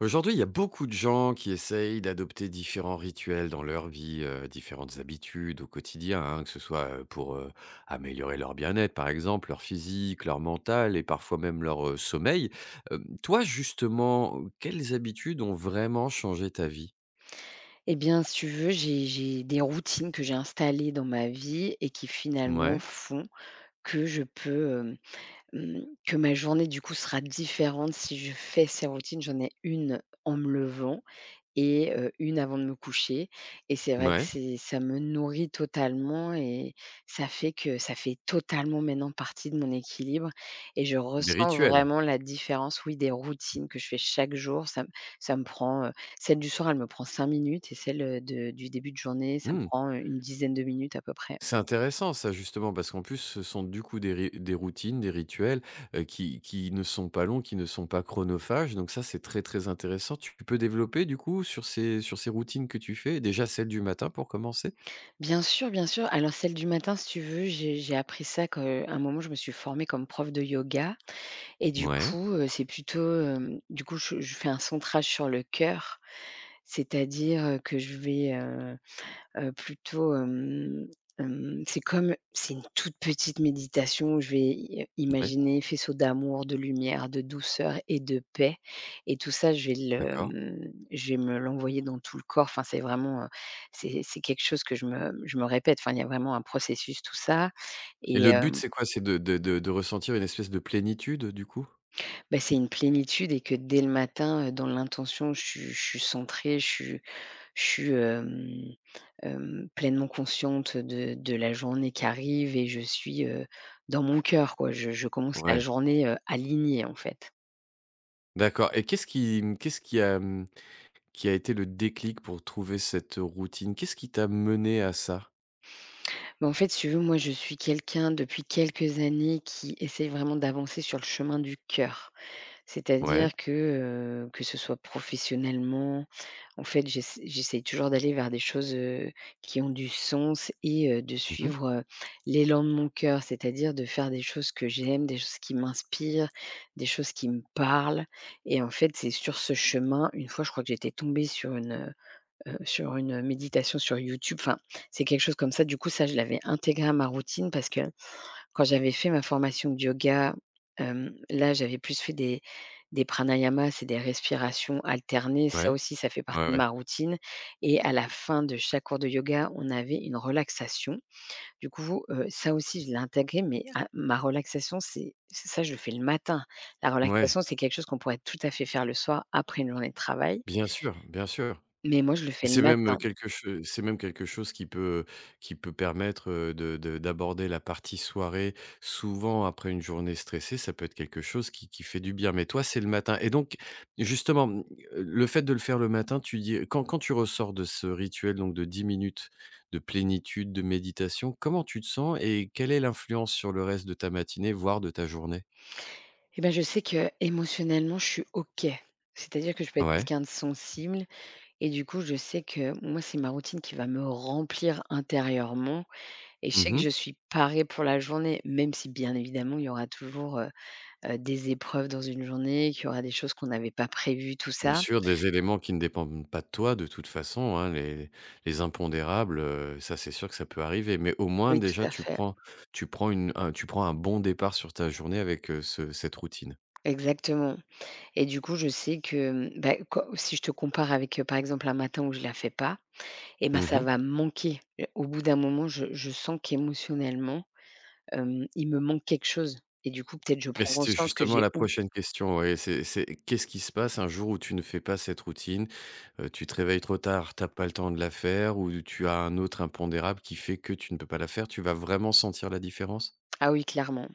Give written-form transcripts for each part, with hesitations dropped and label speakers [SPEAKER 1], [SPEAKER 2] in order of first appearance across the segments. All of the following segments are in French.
[SPEAKER 1] Aujourd'hui, il y a beaucoup de gens qui essayent d'adopter différents rituels dans leur vie, différentes habitudes au quotidien, hein, que ce soit, pour améliorer leur bien-être, par exemple, leur physique, leur mental et parfois même leur, sommeil. Toi, justement, quelles habitudes ont vraiment changé ta vie?
[SPEAKER 2] Eh bien, si tu veux, j'ai des routines que j'ai installées dans ma vie et qui finalement
[SPEAKER 1] Ouais,
[SPEAKER 2] font que je peux, que ma journée du coup sera différente si je fais ces routines. J'en ai une en me levant et 1 avant de me coucher et c'est vrai que
[SPEAKER 1] ouais,
[SPEAKER 2] c'est ça me nourrit totalement et ça fait totalement maintenant partie de mon équilibre et je
[SPEAKER 1] des
[SPEAKER 2] ressens
[SPEAKER 1] rituels?
[SPEAKER 2] vraiment la différence, oui, des routines que je fais chaque jour. Ça me prend, celle du soir, elle me prend 5 minutes et celle, de du début de journée, ça me
[SPEAKER 1] Mmh.
[SPEAKER 2] prend, une dizaine de minutes à peu près.
[SPEAKER 1] C'est intéressant ça justement parce qu'en plus ce sont du coup des routines, des rituels, qui ne sont pas longs, qui ne sont pas chronophages, donc ça c'est très, très intéressant. Tu peux développer du coup sur ces routines que tu fais? Déjà celle du matin pour commencer?
[SPEAKER 2] Bien sûr, bien sûr. Alors celle du matin, si tu veux, j'ai appris ça que, un moment, je me suis formée comme prof de yoga. Et du
[SPEAKER 1] Ouais,
[SPEAKER 2] coup, c'est plutôt, je fais un centrage sur le cœur, c'est-à-dire, que je vais, plutôt, c'est comme c'est une toute petite méditation où je vais i
[SPEAKER 1] ouais,
[SPEAKER 2] imaginer faisceau d'amour, de lumière, de douceur et de paix et tout ça, je vais
[SPEAKER 1] d'accord,
[SPEAKER 2] je vais me l'envoyer dans tout le corps. Enfin, c'est vraiment, c'est quelque chose que je me répète. Enfin, il y a vraiment un processus, tout ça
[SPEAKER 1] et
[SPEAKER 2] et.
[SPEAKER 1] le but c'est quoi? C'est de ressentir une espèce de plénitude du coup?
[SPEAKER 2] Bah, c'est une plénitude et que dès le matin, dans l'intention, je suis centrée, je suis pleinement consciente de la journée qui arrive et je suis, dans mon cœur, quoi. Je commence la
[SPEAKER 1] Ouais,
[SPEAKER 2] journée, alignée, en fait.
[SPEAKER 1] d'accord, et qu'est-ce qui a, qui a été le déclic pour trouver cette routine? Qu'est-ce qui t'a mené à ça?
[SPEAKER 2] Bah, en fait, si tu veux, moi, je suis quelqu'un depuis quelques années qui essaye vraiment d'avancer sur le chemin du cœur.
[SPEAKER 1] Ouais.
[SPEAKER 2] C'est-à-dire que ce soit professionnellement. En fait, j'essaye toujours d'aller vers des choses, qui ont du sens et de
[SPEAKER 1] Mmh.
[SPEAKER 2] suivre, l'élan de mon cœur. C'est-à-dire de faire des choses que j'aime, des choses qui m'inspirent, des choses qui me parlent et en fait, c'est sur ce chemin, une fois, je crois que j'étais tombée sur une méditation sur YouTube. Enfin, c'est quelque chose comme ça. Du coup, ça, je l'avais intégré à ma routine parce que quand j'avais fait ma formation de yoga, là, j'avais plus fait des pranayamas, c'est des respirations alternées. Ça
[SPEAKER 1] Ouais.
[SPEAKER 2] aussi, ça fait
[SPEAKER 1] Ouais,
[SPEAKER 2] partie de
[SPEAKER 1] ouais.
[SPEAKER 2] ma routine et à la fin de chaque cours de yoga, on avait une relaxation. Du coup, ça aussi, je l'ai intégré, mais à ma relaxation, c'est ça, je le fais le matin. La
[SPEAKER 1] Ouais.
[SPEAKER 2] relaxation, c'est quelque chose qu'on pourrait tout à fait faire le soir après une journée de travail,
[SPEAKER 1] Bien sûr, bien sûr.
[SPEAKER 2] mais moi, je le fais le
[SPEAKER 1] C'est
[SPEAKER 2] matin
[SPEAKER 1] c'est même quelque chose qui peut permettre, de d'aborder la partie soirée, souvent après une journée stressée, ça peut être quelque chose qui fait du bien. Mais toi, c'est le matin et donc justement, le fait de le faire le matin, tu dis quand tu ressors de ce rituel donc de 10 minutes de plénitude, de méditation, comment tu te sens et quelle est l'influence sur le reste de ta matinée, voire de ta journée?
[SPEAKER 2] et ben, je sais que émotionnellement, je suis OK. C'est-à-dire que je peux être
[SPEAKER 1] Ouais.
[SPEAKER 2] quelqu'un de sensible. Et du coup, je sais que moi, c'est ma routine qui va me remplir intérieurement et je sais que
[SPEAKER 1] Mmh.
[SPEAKER 2] je suis parée pour la journée, même si bien évidemment, il y aura toujours, des épreuves dans une journée, qu'il y aura des choses qu'on n'avait pas prévues, tout
[SPEAKER 1] Bien
[SPEAKER 2] ça.
[SPEAKER 1] sûr, des éléments qui ne dépendent pas de toi de toute façon, hein, les impondérables, ça c'est sûr que ça peut arriver. Mais au moins
[SPEAKER 2] Oui, tout
[SPEAKER 1] déjà
[SPEAKER 2] à fait,
[SPEAKER 1] tu prends un bon départ sur ta journée avec, ce cette routine.
[SPEAKER 2] exactement. Et du coup, je sais que, bah, co si je te compare avec, par exemple, un matin où je la fais pas et ben, ça
[SPEAKER 1] Mmh.
[SPEAKER 2] va me manquer. Au bout d'un moment, je sens qu'émotionnellement, il me manque quelque chose et du coup, peut-être je
[SPEAKER 1] Et
[SPEAKER 2] prends
[SPEAKER 1] c'était
[SPEAKER 2] conscience que
[SPEAKER 1] justement
[SPEAKER 2] j'ai
[SPEAKER 1] la
[SPEAKER 2] ou
[SPEAKER 1] prochaine question, ouais, c'est qu'est-ce qui se passe un jour où tu ne fais pas cette routine? Tu te réveilles trop tard, t'as pas le temps de la faire, ou tu as un autre impondérable qui fait que tu ne peux pas la faire? Tu vas vraiment sentir la différence?
[SPEAKER 2] ah oui, clairement.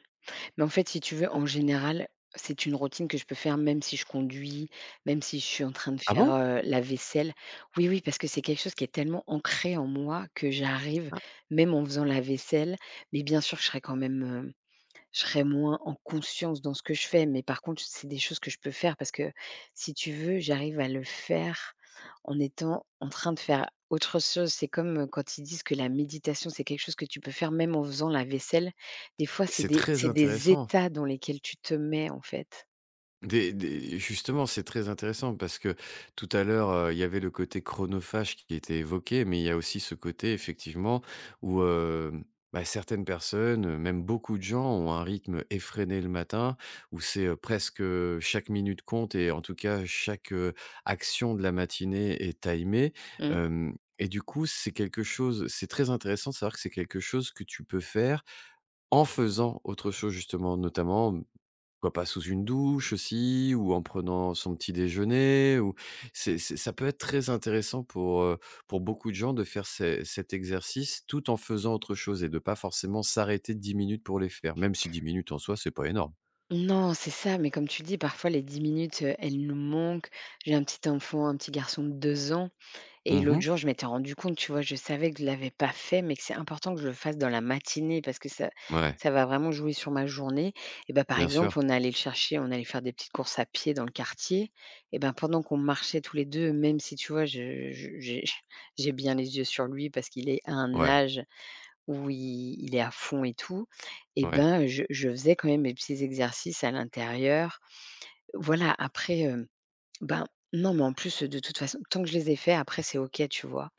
[SPEAKER 2] Mais en fait, si tu veux, en général, c'est une routine que je peux faire même si je conduis, même si je suis en train de
[SPEAKER 1] Ah
[SPEAKER 2] faire,
[SPEAKER 1] bon?
[SPEAKER 2] la vaisselle. Oui, oui, parce que c'est quelque chose qui est tellement ancré en moi que j'arrive, même en faisant la vaisselle, mais bien sûr, je serai quand même, je serais moins en conscience dans ce que je fais, mais par contre, c'est des choses que je peux faire parce que, si tu veux, j'arrive à le faire en étant en train de faire autre chose. C'est comme, quand ils disent que la méditation, c'est quelque chose que tu peux faire même en faisant la vaisselle. Des fois,
[SPEAKER 1] C'est très
[SPEAKER 2] c'est des
[SPEAKER 1] intéressant.
[SPEAKER 2] états dans lesquels tu te mets, en fait.
[SPEAKER 1] Des Justement, c'est très intéressant parce que tout à l'heure, il y avait le côté chronophage qui était évoqué, mais il y a aussi ce côté effectivement où, bah, certaines personnes, même beaucoup de gens ont un rythme effréné le matin où c'est, presque, chaque minute compte, et en tout cas chaque, action de la matinée est timée,
[SPEAKER 2] Mmh.
[SPEAKER 1] hem et du coup, c'est quelque chose, c'est très intéressant de savoir que c'est quelque chose que tu peux faire en faisant autre chose justement, notamment pourquoi pas sous une douche aussi ou en prenant son petit déjeuner, ou c'est ça peut être très intéressant pour beaucoup de gens, de faire ce cet exercice tout en faisant autre chose et de pas forcément s'arrêter 10 minutes pour les faire, même si 10 minutes en soi, c'est pas énorme.
[SPEAKER 2] Non, c'est ça, mais comme tu dis, parfois les 10 minutes, elles nous manquent. J'ai un petit enfant, un petit garçon de 2 ans. Et l'autre
[SPEAKER 1] Mmh.
[SPEAKER 2] jour, je m'étais rendu compte, tu vois? Je savais que je l'avais pas fait, mais que c'est important que je le fasse dans la matinée parce que
[SPEAKER 1] Ouais,
[SPEAKER 2] ça va vraiment jouer sur ma journée. Et ben, par
[SPEAKER 1] bien sûr.
[SPEAKER 2] exemple, on allait le chercher, on allait faire des petites courses à pied dans le quartier. Et ben, pendant qu'on marchait tous les 2, même si, tu vois? Je j'ai j'ai bien les yeux sur lui parce qu'il est à un
[SPEAKER 1] Ouais,
[SPEAKER 2] âge où il est à fond et tout. Et
[SPEAKER 1] ouais.
[SPEAKER 2] ben, je faisais quand même mes petits exercices à l'intérieur. Voilà, après, ben, non, mais en plus, de toute façon, tant que je les ai faits, après, c'est OK, tu vois?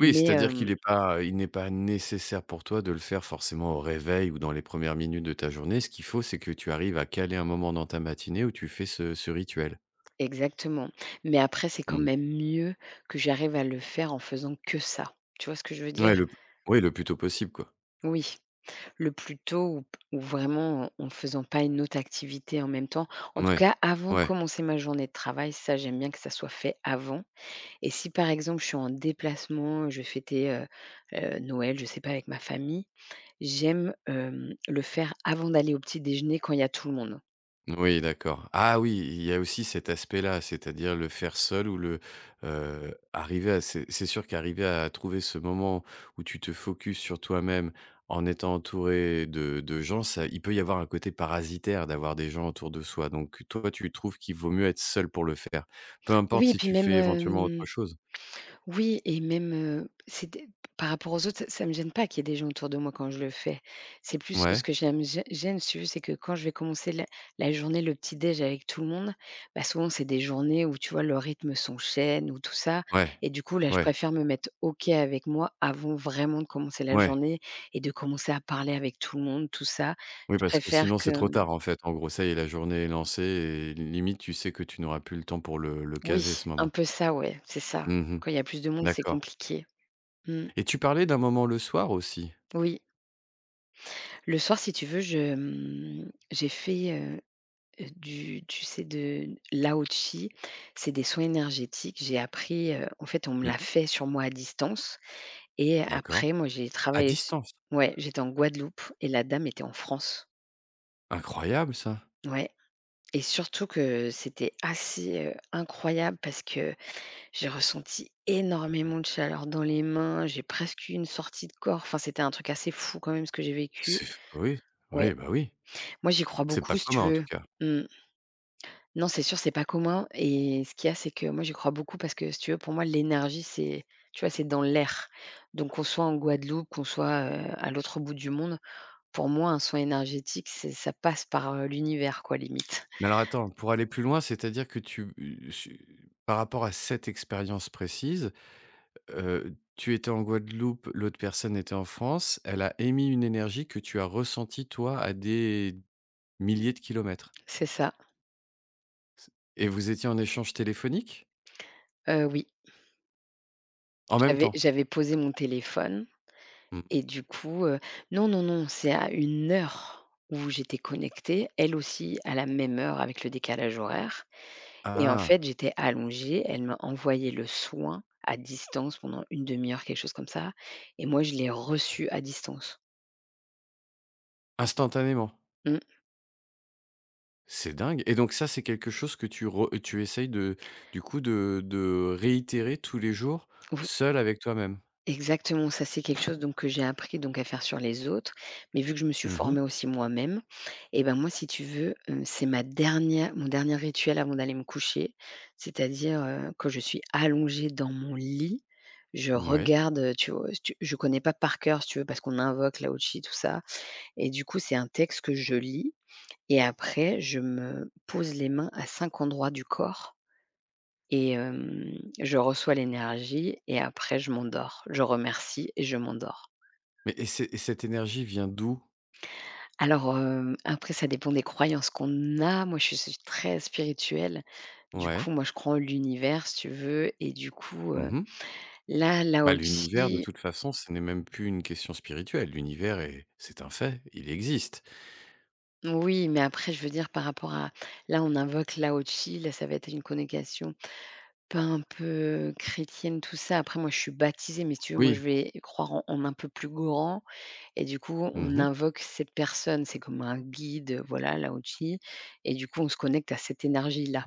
[SPEAKER 1] Oui, c'est-à-dire
[SPEAKER 2] hem
[SPEAKER 1] qu'il est pas, il n'est pas nécessaire pour toi de le faire forcément au réveil ou dans les premières minutes de ta journée. Ce qu'il faut, c'est que tu arrives à caler un moment dans ta matinée où tu fais ce rituel.
[SPEAKER 2] exactement. Mais après, c'est quand
[SPEAKER 1] Mmh.
[SPEAKER 2] même mieux que j'arrive à le faire en faisant que ça. Tu vois ce que je veux dire?
[SPEAKER 1] Ouais, le plus tôt possible, quoi.
[SPEAKER 2] Oui, le plus tôt ou vraiment en en faisant pas une autre activité en même temps. En tout
[SPEAKER 1] Ouais.
[SPEAKER 2] cas, avant de
[SPEAKER 1] Ouais.
[SPEAKER 2] commencer ma journée de travail, ça, j'aime bien que ça soit fait avant et si, par exemple, je suis en déplacement, je vais fêter, Noël, je sais pas, avec ma famille, j'aime, le faire avant d'aller au petit déjeuner quand il y a tout le monde.
[SPEAKER 1] Oui, d'accord. Ah oui, il y a aussi cet aspect-là, c'est-à-dire le faire seul ou le, arriver à c'est sûr qu'arriver à trouver ce moment où tu te focuses sur toi-même en étant entouré de gens, ça il peut y avoir un côté parasitaire d'avoir des gens autour de soi. Donc toi, tu trouves qu'il vaut mieux être seul pour le faire? Peu importe
[SPEAKER 2] Oui et
[SPEAKER 1] si
[SPEAKER 2] puis
[SPEAKER 1] tu
[SPEAKER 2] même,
[SPEAKER 1] fais éventuellement
[SPEAKER 2] hem,
[SPEAKER 1] autre chose?
[SPEAKER 2] oui et même, c'est des par rapport aux autres, ça me gêne pas qu'il y ait des gens autour de moi quand je le fais. C'est plus ce
[SPEAKER 1] Ouais.
[SPEAKER 2] que j'aime gê gêne, si tu veux, c'est que quand je vais commencer la journée, le petit déj avec tout le monde, bah, souvent c'est des journées où, tu vois, le rythme s'enchaîne ou tout ça
[SPEAKER 1] Ouais.
[SPEAKER 2] et du coup là, je
[SPEAKER 1] Ouais.
[SPEAKER 2] préfère me mettre OK avec moi avant vraiment de commencer la
[SPEAKER 1] Ouais.
[SPEAKER 2] journée et de commencer à parler avec tout le monde, tout ça.
[SPEAKER 1] Oui,
[SPEAKER 2] Je
[SPEAKER 1] parce que
[SPEAKER 2] préfère
[SPEAKER 1] sinon
[SPEAKER 2] que
[SPEAKER 1] c'est trop tard en fait. En gros, ça y est, la journée est lancée et limite tu sais que tu n'auras plus le temps pour le
[SPEAKER 2] oui,
[SPEAKER 1] caser, ce
[SPEAKER 2] un
[SPEAKER 1] moment.
[SPEAKER 2] peu ça, ouais, c'est ça.
[SPEAKER 1] Mmh.
[SPEAKER 2] Quand il y a plus de monde, c'est
[SPEAKER 1] D'accord,
[SPEAKER 2] compliqué. Mmh,
[SPEAKER 1] et tu parlais d'un moment le soir aussi?
[SPEAKER 2] oui. Le soir, si tu veux, j'ai fait, du tu sais, de l'aochi, c'est des soins énergétiques. J'ai appris, en fait, on me l'a
[SPEAKER 1] Mmh.
[SPEAKER 2] fait sur moi à distance et
[SPEAKER 1] D'accord.
[SPEAKER 2] après moi, j'ai
[SPEAKER 1] À
[SPEAKER 2] travaillé s
[SPEAKER 1] distance?
[SPEAKER 2] ouais, j'étais en Guadeloupe et la dame était en France.
[SPEAKER 1] Incroyable ça!
[SPEAKER 2] Ouais, et surtout que c'était assez, incroyable parce que j'ai ressenti énormément de chaleur dans les mains, j'ai presque eu une sortie de corps. Enfin, c'était un truc assez fou quand même ce que j'ai vécu.
[SPEAKER 1] C'est oui,
[SPEAKER 2] Ouais,
[SPEAKER 1] oui, bah, oui.
[SPEAKER 2] moi, j'y crois
[SPEAKER 1] C'est pas
[SPEAKER 2] beaucoup si tu
[SPEAKER 1] commun en tout
[SPEAKER 2] veux.
[SPEAKER 1] cas.
[SPEAKER 2] Mmh. Non, c'est sûr, c'est pas commun et ce qu'il y a, c'est que moi, j'y crois beaucoup parce que si tu veux, pour moi, l'énergie, c'est, tu vois, c'est dans l'air. Donc, qu'on soit en Guadeloupe, qu'on soit, à l'autre bout du monde, pour moi, un soin énergétique, c'est ça passe par, l'univers, quoi, limite.
[SPEAKER 1] Mais alors attends, pour aller plus loin, c'est-à-dire que tu su par rapport à cette expérience précise, tu étais en Guadeloupe, l'autre personne était en France. Elle a émis une énergie que tu as ressentie toi à des milliers de kilomètres.
[SPEAKER 2] C'est ça.
[SPEAKER 1] Et vous étiez en échange téléphonique?
[SPEAKER 2] Oui,
[SPEAKER 1] En même temps?
[SPEAKER 2] j'avais posé mon téléphone
[SPEAKER 1] Mmh.
[SPEAKER 2] et du coup, non, non, non, c'est à une heure où j'étais connectée, elle aussi à la même heure avec le décalage horaire. Et en fait,
[SPEAKER 1] Ah!
[SPEAKER 2] j'étais allongée, elle m'a envoyé le soin à distance pendant une demi heure, quelque chose comme ça et moi je l'ai reçu à distance.
[SPEAKER 1] Instantanément?
[SPEAKER 2] Mmh,
[SPEAKER 1] C'est dingue, et donc ça, c'est quelque chose que tu essayes de du coup de réitérer tous les jours,
[SPEAKER 2] v
[SPEAKER 1] seul avec toi-même?
[SPEAKER 2] exactement, ça c'est quelque chose donc que j'ai appris donc à faire sur les autres, mais vu que je me suis
[SPEAKER 1] Mmh.
[SPEAKER 2] formée aussi moi-même et ben, moi si tu veux, c'est ma dernière mon dernier rituel avant d'aller me coucher, c'est-à-dire, quand je suis allongée dans mon lit, je
[SPEAKER 1] Ouais.
[SPEAKER 2] regarde, tu vois? Si tu je connais pas par cœur si tu veux parce qu'on invoque la Houchi tout ça et du coup c'est un texte que je lis. Et après, je me pose les mains à 5 endroits du corps et je reçois l'énergie et après je m'endors. Je remercie et je m'endors.
[SPEAKER 1] Mais et c'est, et cette énergie vient d'où?
[SPEAKER 2] Alors, après ça dépend des croyances qu'on a. Moi, je suis très spirituelle. Du coup,
[SPEAKER 1] Ouais.
[SPEAKER 2] moi, je crois en l'univers, si tu veux et du coup,
[SPEAKER 1] Mmh.
[SPEAKER 2] là,
[SPEAKER 1] Bah, l'univers de
[SPEAKER 2] Lao-Tzi.
[SPEAKER 1] toute façon, ce n'est même plus une question spirituelle. L'univers est C'est un fait, il existe.
[SPEAKER 2] Oui, mais après, je veux dire par rapport à là, on invoque Lao-Tzi, là, ça va être une connexion. Pas un peu chrétienne, tout ça. Après moi, je suis baptisée, mais si tu veux, moi, je
[SPEAKER 1] Oui.
[SPEAKER 2] vais croire en un peu plus grand et du coup, on
[SPEAKER 1] Mmh.
[SPEAKER 2] invoque cette personne. C'est comme un guide, voilà, là, au et du coup, on se connecte à cette énergie-là.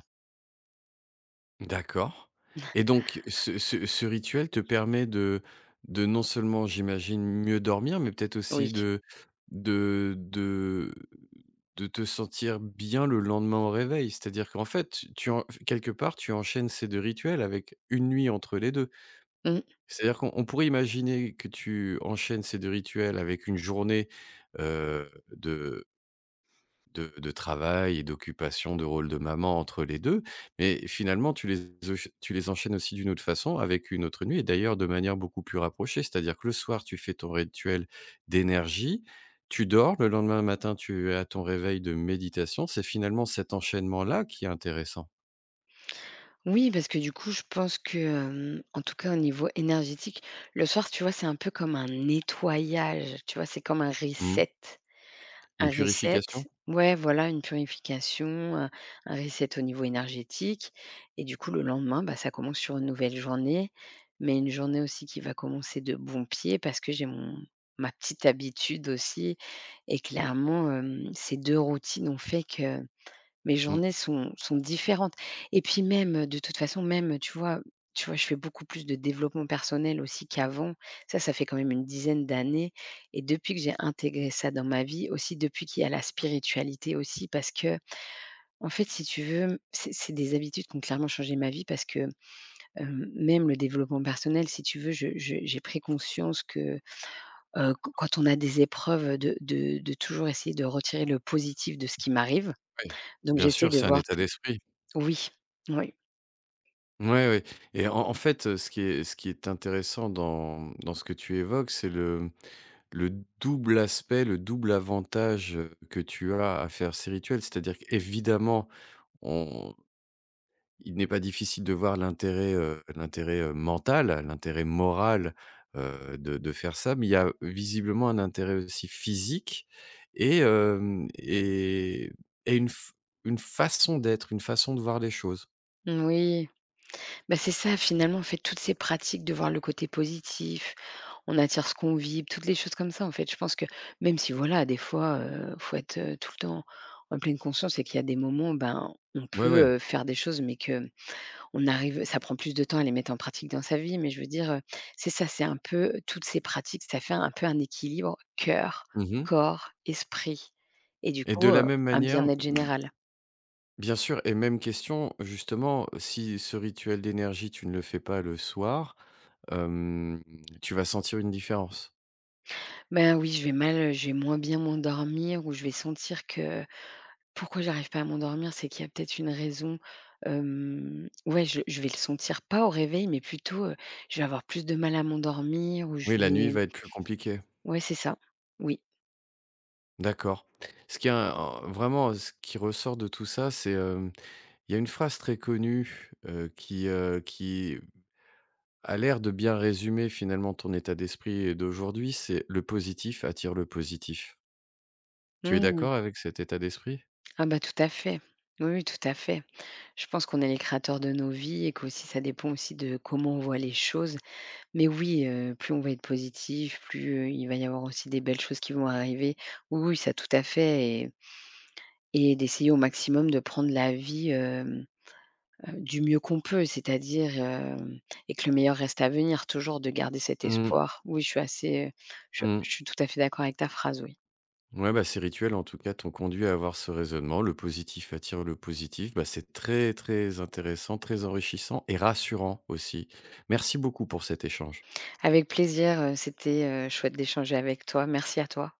[SPEAKER 1] D'accord, et donc ce rituel te permet de non seulement, j'imagine, mieux dormir, mais peut-être
[SPEAKER 2] Oui.
[SPEAKER 1] aussi de de de te sentir bien le lendemain au réveil? C'est-à-dire qu'en fait, tu en quelque part, tu enchaînes ces 2 rituels avec une nuit entre les 2.
[SPEAKER 2] Mmh.
[SPEAKER 1] C'est-à-dire qu'on on pourrait imaginer que tu enchaînes ces 2 rituels avec une journée, de de travail et d'occupation, de rôle de maman entre les 2, mais finalement tu les enchaînes aussi d'une autre façon avec une autre nuit, et d'ailleurs de manière beaucoup plus rapprochée. C'est-à-dire que le soir, tu fais ton rituel d'énergie, tu dors, le lendemain matin, tu as ton réveil de méditation. C'est finalement cet enchaînement-là qui est intéressant.
[SPEAKER 2] Oui, parce que du coup, je pense que, en tout cas, au niveau énergétique, le soir, tu vois, c'est un peu comme un nettoyage, tu vois? C'est comme un
[SPEAKER 1] Mmh.
[SPEAKER 2] reset. Un
[SPEAKER 1] Une
[SPEAKER 2] reset,
[SPEAKER 1] purification?
[SPEAKER 2] ouais, voilà, une purification, heu, un reset au niveau énergétique et du coup, le lendemain, bah, ça commence sur une nouvelle journée, mais une journée aussi qui va commencer de bon pied parce que j'ai mon ma petite habitude aussi et clairement, ces 2 routines ont fait que mes
[SPEAKER 1] Mmh.
[SPEAKER 2] journées sont différentes et puis même, de toute façon, même, tu vois? Tu vois? Je fais beaucoup plus de développement personnel aussi qu'avant. Ça fait quand même une dizaine d'années et depuis que j'ai intégré ça dans ma vie, aussi depuis qu'il y a la spiritualité aussi parce que en fait, si tu veux, c'est des habitudes qui ont clairement changé ma vie parce que, même le développement personnel, si tu veux, je j'ai pris conscience que, q quand on a des épreuves, de toujours essayer de retirer le positif de ce qui m'arrive.
[SPEAKER 1] Oui.
[SPEAKER 2] Donc
[SPEAKER 1] Bien
[SPEAKER 2] j'essaie
[SPEAKER 1] sûr,
[SPEAKER 2] de
[SPEAKER 1] c'est un
[SPEAKER 2] voir
[SPEAKER 1] état d'esprit.
[SPEAKER 2] oui, oui,
[SPEAKER 1] Ouais, ouais, et en fait, ce qui est, ce qui est intéressant dans ce que tu évoques, c'est le double aspect, le double avantage, que tu as à faire ces rituels. C'est-à-dire qu'évidemment, on il n'est pas difficile de voir l'intérêt, l'intérêt mental, l'intérêt moral, de faire ça, mais il y a visiblement un intérêt aussi physique et hem et une f une façon d'être, une façon de voir les choses.
[SPEAKER 2] oui. Bah, c'est ça finalement, en fait, toutes ces pratiques de voir le côté positif, on attire ce qu'on vit, toutes les choses comme ça, en fait. Je pense que même si voilà, des fois, faut être, tout le temps en pleine conscience et qu'il y a des moments, ben, on
[SPEAKER 1] Ouais, ouais.
[SPEAKER 2] peut, faire des choses, mais que on arrive ça prend plus de temps à les mettre en pratique dans sa vie, mais je veux dire, c'est ça, c'est un peu toutes ces pratiques, ça fait un peu un équilibre cœur,
[SPEAKER 1] Mmh.
[SPEAKER 2] corps, esprit et du
[SPEAKER 1] Et de
[SPEAKER 2] coup,
[SPEAKER 1] la même
[SPEAKER 2] un
[SPEAKER 1] manière,
[SPEAKER 2] bien-être général.
[SPEAKER 1] bien sûr, et même question, justement, si ce rituel d'énergie, tu ne le fais pas le soir, hem, tu vas sentir une différence?
[SPEAKER 2] Bah, oui, je vais moins bien m'endormir ou je vais sentir que pourquoi j'arrive pas à m'endormir, c'est qu'il y a peut-être une raison, ouais, je vais le sentir pas au réveil, mais plutôt, je vais avoir plus de mal à m'endormir ou
[SPEAKER 1] Oui,
[SPEAKER 2] je
[SPEAKER 1] la nuit
[SPEAKER 2] vais
[SPEAKER 1] va être plus compliquée.
[SPEAKER 2] ouais, c'est ça, oui.
[SPEAKER 1] D'accord. Ce qui est un en Vraiment, ce qui ressort de tout ça, c'est, il y a une phrase très connue, qui a l'air de bien résumer finalement ton état d'esprit d'aujourd'hui, c'est: «Le positif attire le positif». Tu es
[SPEAKER 2] Mmh.
[SPEAKER 1] d'accord avec cet état d'esprit?
[SPEAKER 2] Ah bah, tout à fait. Oui, oui, tout à fait. Je pense qu'on est les créateurs de nos vies et qu'aussi ça dépend aussi de comment on voit les choses. Mais oui, plus on va être positif, plus, il va y avoir aussi des belles choses qui vont arriver. Oui, oui, ça tout à fait. Et d'essayer au maximum de prendre la vie, du mieux qu'on peut, c'est-à-dire, hem et que le meilleur reste à venir, toujours de garder cet
[SPEAKER 1] Mmh.
[SPEAKER 2] espoir. Oui, je suis assez,
[SPEAKER 1] Mmh.
[SPEAKER 2] je suis tout à fait d'accord avec ta phrase, oui.
[SPEAKER 1] Ouais, bah, ces rituels, en tout cas, t'ont conduit à avoir ce raisonnement. Le positif attire le positif. Bah, c'est très, très intéressant, très enrichissant et rassurant aussi. Merci beaucoup pour cet échange.
[SPEAKER 2] Avec plaisir, c'était, chouette d'échanger avec toi. Merci à toi.